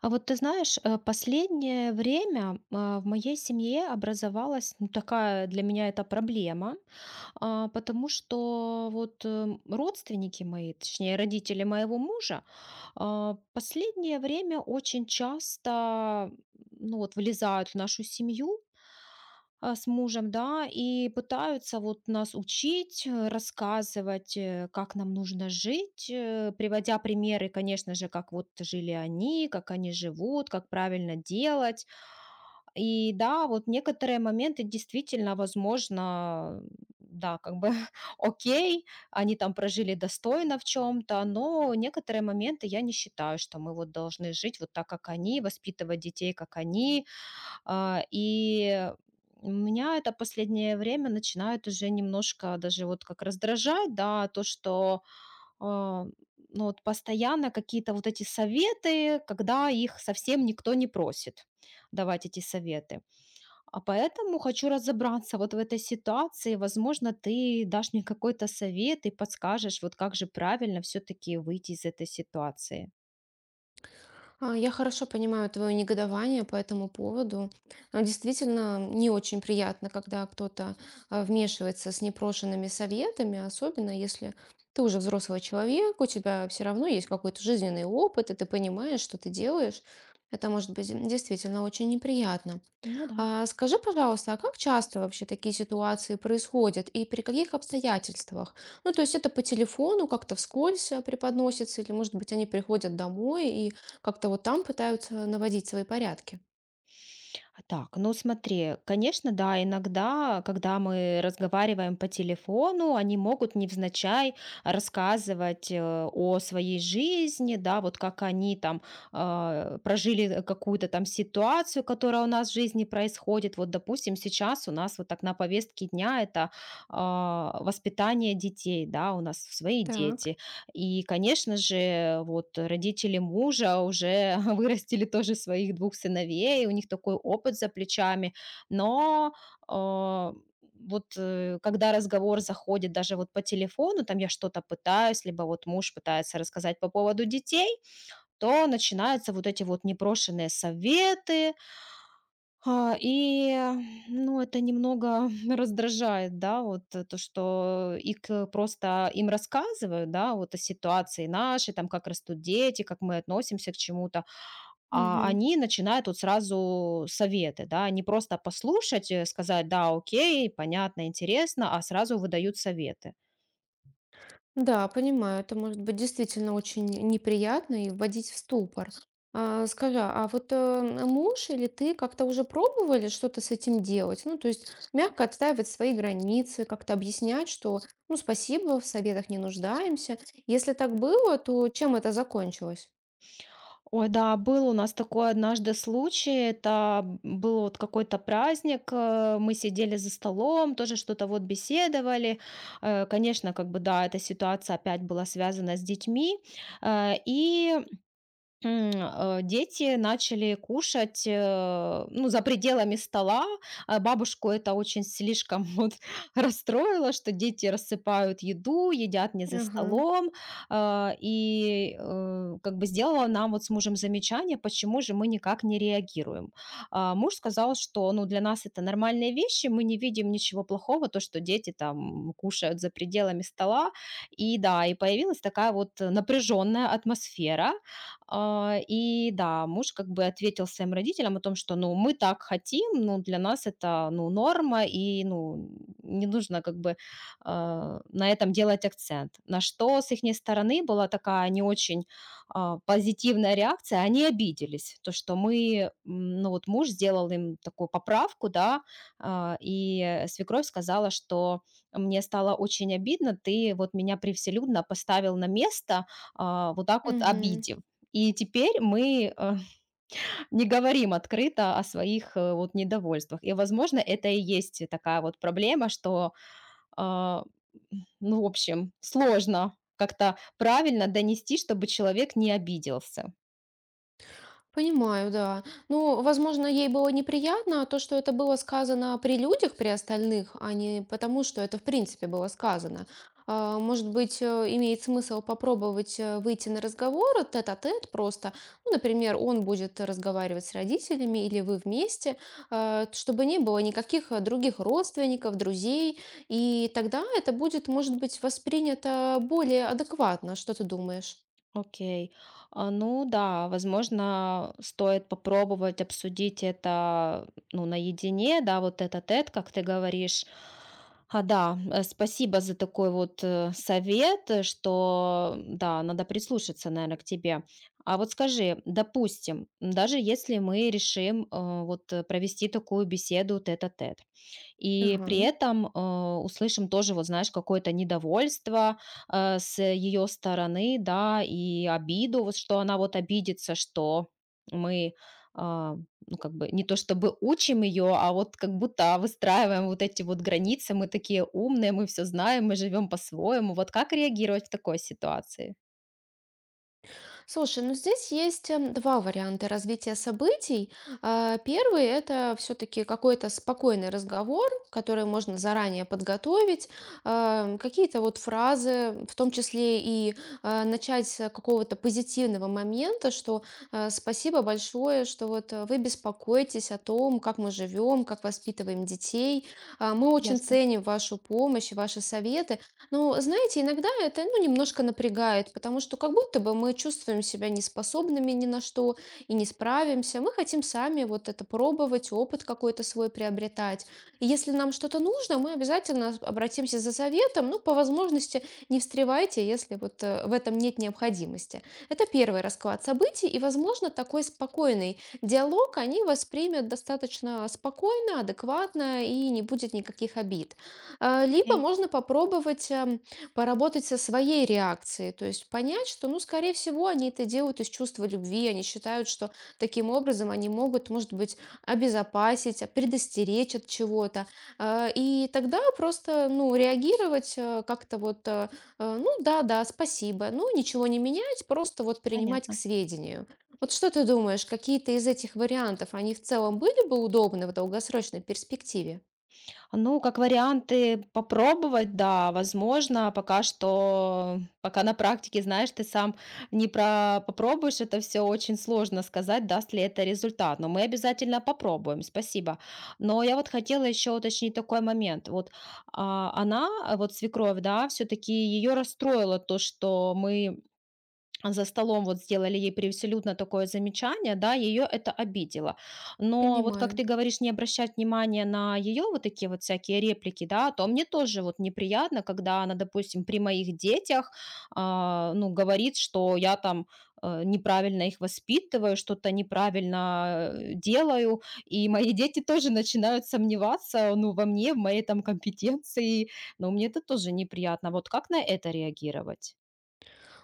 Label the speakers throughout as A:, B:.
A: А вот ты знаешь, последнее время в моей семье образовалась, такая для меня это проблема, потому что вот родственники мои, точнее родители моего мужа, последнее время очень часто, ну, вот, влезают в нашу семью с мужем, да, и пытаются вот нас учить, рассказывать, как нам нужно жить, приводя примеры, конечно же, как вот жили они, как они живут, как правильно делать. И да, вот некоторые моменты действительно, возможно, да, как бы окей, они там прожили достойно в чем-то, но некоторые моменты я не считаю, что мы вот должны жить вот так, как они, воспитывать детей, как они, и меня это последнее время начинает уже немножко даже вот как раздражать, да, то, что, а, ну, вот постоянно какие-то вот эти советы, когда их совсем никто не просит давать эти советы. А поэтому хочу разобраться вот в этой ситуации. Возможно, ты дашь мне какой-то совет и подскажешь, вот как же правильно все-таки выйти из этой ситуации.
B: Я хорошо понимаю твое негодование по этому поводу. Действительно, не очень приятно, когда кто-то вмешивается с непрошенными советами, особенно если ты уже взрослый человек, у тебя все равно есть какой-то жизненный опыт, и ты понимаешь, что ты делаешь. Это может быть действительно очень неприятно.
A: Ну да.
B: А скажи, пожалуйста, а как часто вообще такие ситуации происходят и при каких обстоятельствах? Ну, то есть это по телефону как-то вскользь преподносится, или, может быть, они приходят домой и как-то вот там пытаются наводить свои порядки?
A: Так, ну смотри, конечно, да, иногда, когда мы разговариваем по телефону, они могут невзначай рассказывать о своей жизни, да, вот как они там прожили какую-то там ситуацию, которая у нас в жизни происходит. Вот, допустим, сейчас у нас вот так на повестке дня это, воспитание детей, да, у нас свои
B: Так.
A: дети. И, конечно же, вот родители мужа уже вырастили тоже своих двух сыновей, у них такой опыт за плечами. Но, а, когда разговор заходит даже вот по телефону, там я что-то пытаюсь, либо вот муж пытается рассказать по поводу детей, то начинаются вот эти вот непрошенные советы, а, и, ну, это немного раздражает, да, вот, то, что и просто им рассказываю, да, вот о ситуации нашей, там, как растут дети, как мы относимся к чему-то, а
B: Мгм.
A: они начинают вот сразу советы, да, не просто послушать, сказать, да, окей, понятно, интересно, а сразу выдают советы.
B: Да, понимаю, это может быть действительно очень неприятно и вводить в ступор. А, скажи, а вот муж или ты как-то уже пробовали что-то с этим делать? Ну, то есть мягко отстаивать свои границы, как-то объяснять, что, ну, спасибо, в советах не нуждаемся. Если так было, то чем это закончилось?
A: Ой, да, был у нас такой однажды случай. Это был вот какой-то праздник. Мы сидели за столом, тоже что-то вот беседовали. Конечно, как бы да, эта ситуация опять была связана с детьми. И дети начали кушать, ну, за пределами стола. А бабушку это очень слишком вот расстроило, что дети рассыпают еду, едят не за
B: Ага,
A: столом. Как бы сделала нам вот с мужем замечание, почему же мы никак не реагируем. А, муж сказал, что, ну, для нас это нормальные вещи, мы не видим ничего плохого, то, что дети там кушают за пределами стола. И да, и появилась такая вот напряженная атмосфера, и да, муж как бы ответил своим родителям о том, что, ну, мы так хотим, ну, для нас это, ну, норма, и, ну, не нужно как бы на этом делать акцент. На что с их стороны была такая не очень позитивная реакция, они обиделись, то, что мы, ну, вот муж сделал им такую поправку, да, и свекровь сказала, что мне стало очень обидно, ты вот меня превселюдно поставил на место, вот так вот
B: угу.
A: обидев. И теперь мы, не говорим открыто о своих, вот недовольствах. И, возможно, это и есть такая вот проблема, что, а, ну, в общем, сложно как-то правильно донести, чтобы человек не обиделся.
B: Понимаю, да. Ну, возможно, ей было неприятно то, что это было сказано при людях, при остальных, а не потому, что это в принципе было сказано. Может быть, имеет смысл попробовать выйти на разговор тет-а-тет просто. Ну, например, он будет разговаривать с родителями или вы вместе, чтобы не было никаких других родственников, друзей. И тогда это будет, может быть, воспринято более адекватно. Что ты думаешь?
A: Окей. Ну да, возможно, стоит попробовать обсудить это, ну, наедине, да, вот этот тет как ты говоришь. Спасибо за такой вот, совет, что, да, надо прислушаться, наверное, к тебе. А вот скажи, допустим, даже если мы решим, провести такую беседу тет-а-тет, и
B: Ага.
A: при этом, услышим тоже, вот знаешь, какое-то недовольство, с ее стороны, да, и обиду, вот что она вот обидится, что мы, а, ну, как бы не то чтобы учим ее, а вот как будто выстраиваем вот эти вот границы. Мы такие умные, мы все знаем, мы живем по-своему. Вот как реагировать в такой ситуации?
B: Слушай, ну здесь есть два варианта развития событий. Первый – это все-таки какой-то спокойный разговор, который можно заранее подготовить, какие-то вот фразы, в том числе и начать с какого-то позитивного момента, что спасибо большое, что вот вы беспокоитесь о том, как мы живем, как воспитываем детей. Мы очень
A: Ясно.
B: ценим вашу помощь и ваши советы. Ну, знаете, иногда это, ну, немножко напрягает, потому что как будто бы мы чувствуем себя неспособными ни на что и не справимся. Мы хотим сами вот это пробовать, опыт какой-то свой приобретать. И если нам что-то нужно, мы обязательно обратимся за советом. Ну, по возможности не встревайте, если вот в этом нет необходимости. Это первый расклад событий, и, возможно, такой спокойный диалог они воспримут достаточно спокойно, адекватно и не будет никаких обид. Либо
A: Окей,
B: можно попробовать поработать со своей реакцией, то есть понять, что, ну, скорее всего, они это делают из чувства любви, они считают, что таким образом они могут, может быть, обезопасить, предостеречь от чего-то. И тогда просто, ну, реагировать как-то вот, ну, да-да, спасибо, ну, ничего не менять, просто вот принимать к
A: понятно.
B: сведению. Вот что ты думаешь, какие-то из этих вариантов, они в целом были бы удобны в долгосрочной перспективе?
A: Ну, как варианты попробовать, да, возможно, пока что, пока на практике, знаешь, ты сам не про попробуешь, это все очень сложно сказать, даст ли это результат, но мы обязательно попробуем, спасибо. Но я вот хотела еще уточнить такой момент, вот, она, вот свекровь, да, все-таки ее расстроило то, что мы за столом вот сделали ей абсолютно такое замечание, да, ее это обидело. Но вот как
B: Понимаю.
A: ты говоришь, не обращать внимания на ее вот такие вот всякие реплики, да, то мне тоже вот неприятно, когда она, допустим, при моих детях, ну, говорит, что я там, неправильно их воспитываю, что-то неправильно, делаю, и мои дети тоже начинают сомневаться, ну, во мне, в моей там компетенции, но мне это тоже неприятно. Вот как на это реагировать?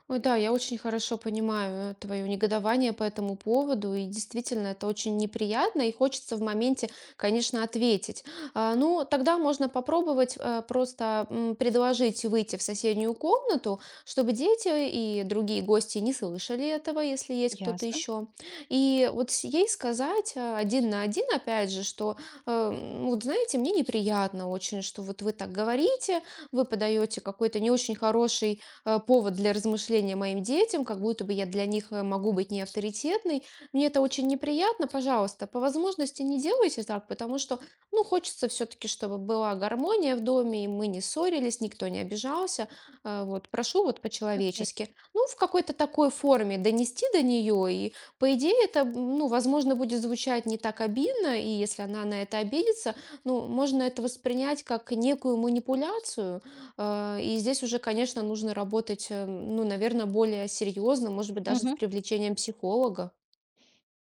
B: Ой, да, я очень хорошо понимаю твое негодование по этому поводу, и действительно это очень неприятно, и хочется в моменте, конечно, ответить. Ну, тогда можно попробовать просто предложить выйти в соседнюю комнату, чтобы дети и другие гости не слышали этого, если есть кто-то
A: Ясно.
B: еще. И вот ей сказать один на один, опять же, что, вот знаете, мне неприятно очень, что вот вы так говорите, вы подаете какой-то не очень хороший повод для размышления моим детям, как будто бы я для них могу быть не авторитетной. Мне это очень неприятно, пожалуйста, по возможности не делайте так, потому что, ну, хочется все-таки, чтобы была гармония в доме, и мы не ссорились, никто не обижался. Вот, прошу вот по-человечески. Ну, в какой-то такой форме донести до нее, и, по идее, это, ну, возможно, будет звучать не так обидно, и если она на это обидится, ну, можно это воспринять как некую манипуляцию. И здесь уже, конечно, нужно работать, ну, наверное, более серьезно, может быть, даже с
A: Мгм.
B: привлечением психолога.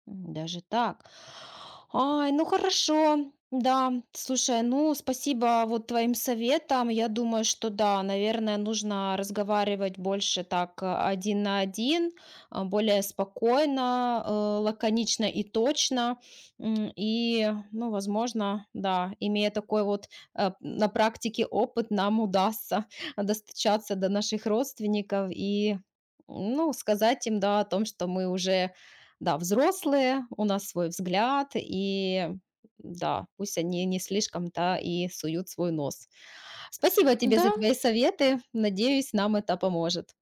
A: Даже так. Ай, ну хорошо. Да, слушай, ну спасибо вот твоим советам. Я думаю, что да, наверное, нужно разговаривать больше так, один на один, более спокойно, лаконично и точно. И, ну, возможно, да, имея такой вот, на практике опыт, нам удастся достучаться до наших родственников и, ну, сказать им, да, о том, что мы уже, да, взрослые, у нас свой взгляд, и да, пусть они не слишком-то и суют свой нос. Спасибо тебе за
B: Да,
A: твои советы. Надеюсь, нам это поможет.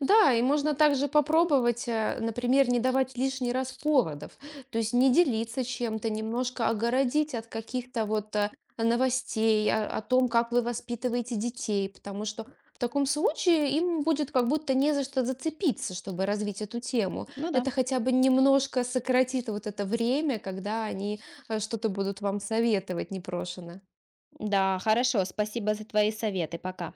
B: да, и можно также попробовать, например, не давать лишний раз поводов, то есть не делиться чем-то, немножко огородить от каких-то вот новостей о, о том, как вы воспитываете детей, потому что в таком случае им будет как будто не за что зацепиться, чтобы развить эту тему.
A: Ну да.
B: Это хотя бы немножко сократит вот это время, когда они что-то будут вам советовать непрошено.
A: Да, хорошо, спасибо за твои советы. Пока.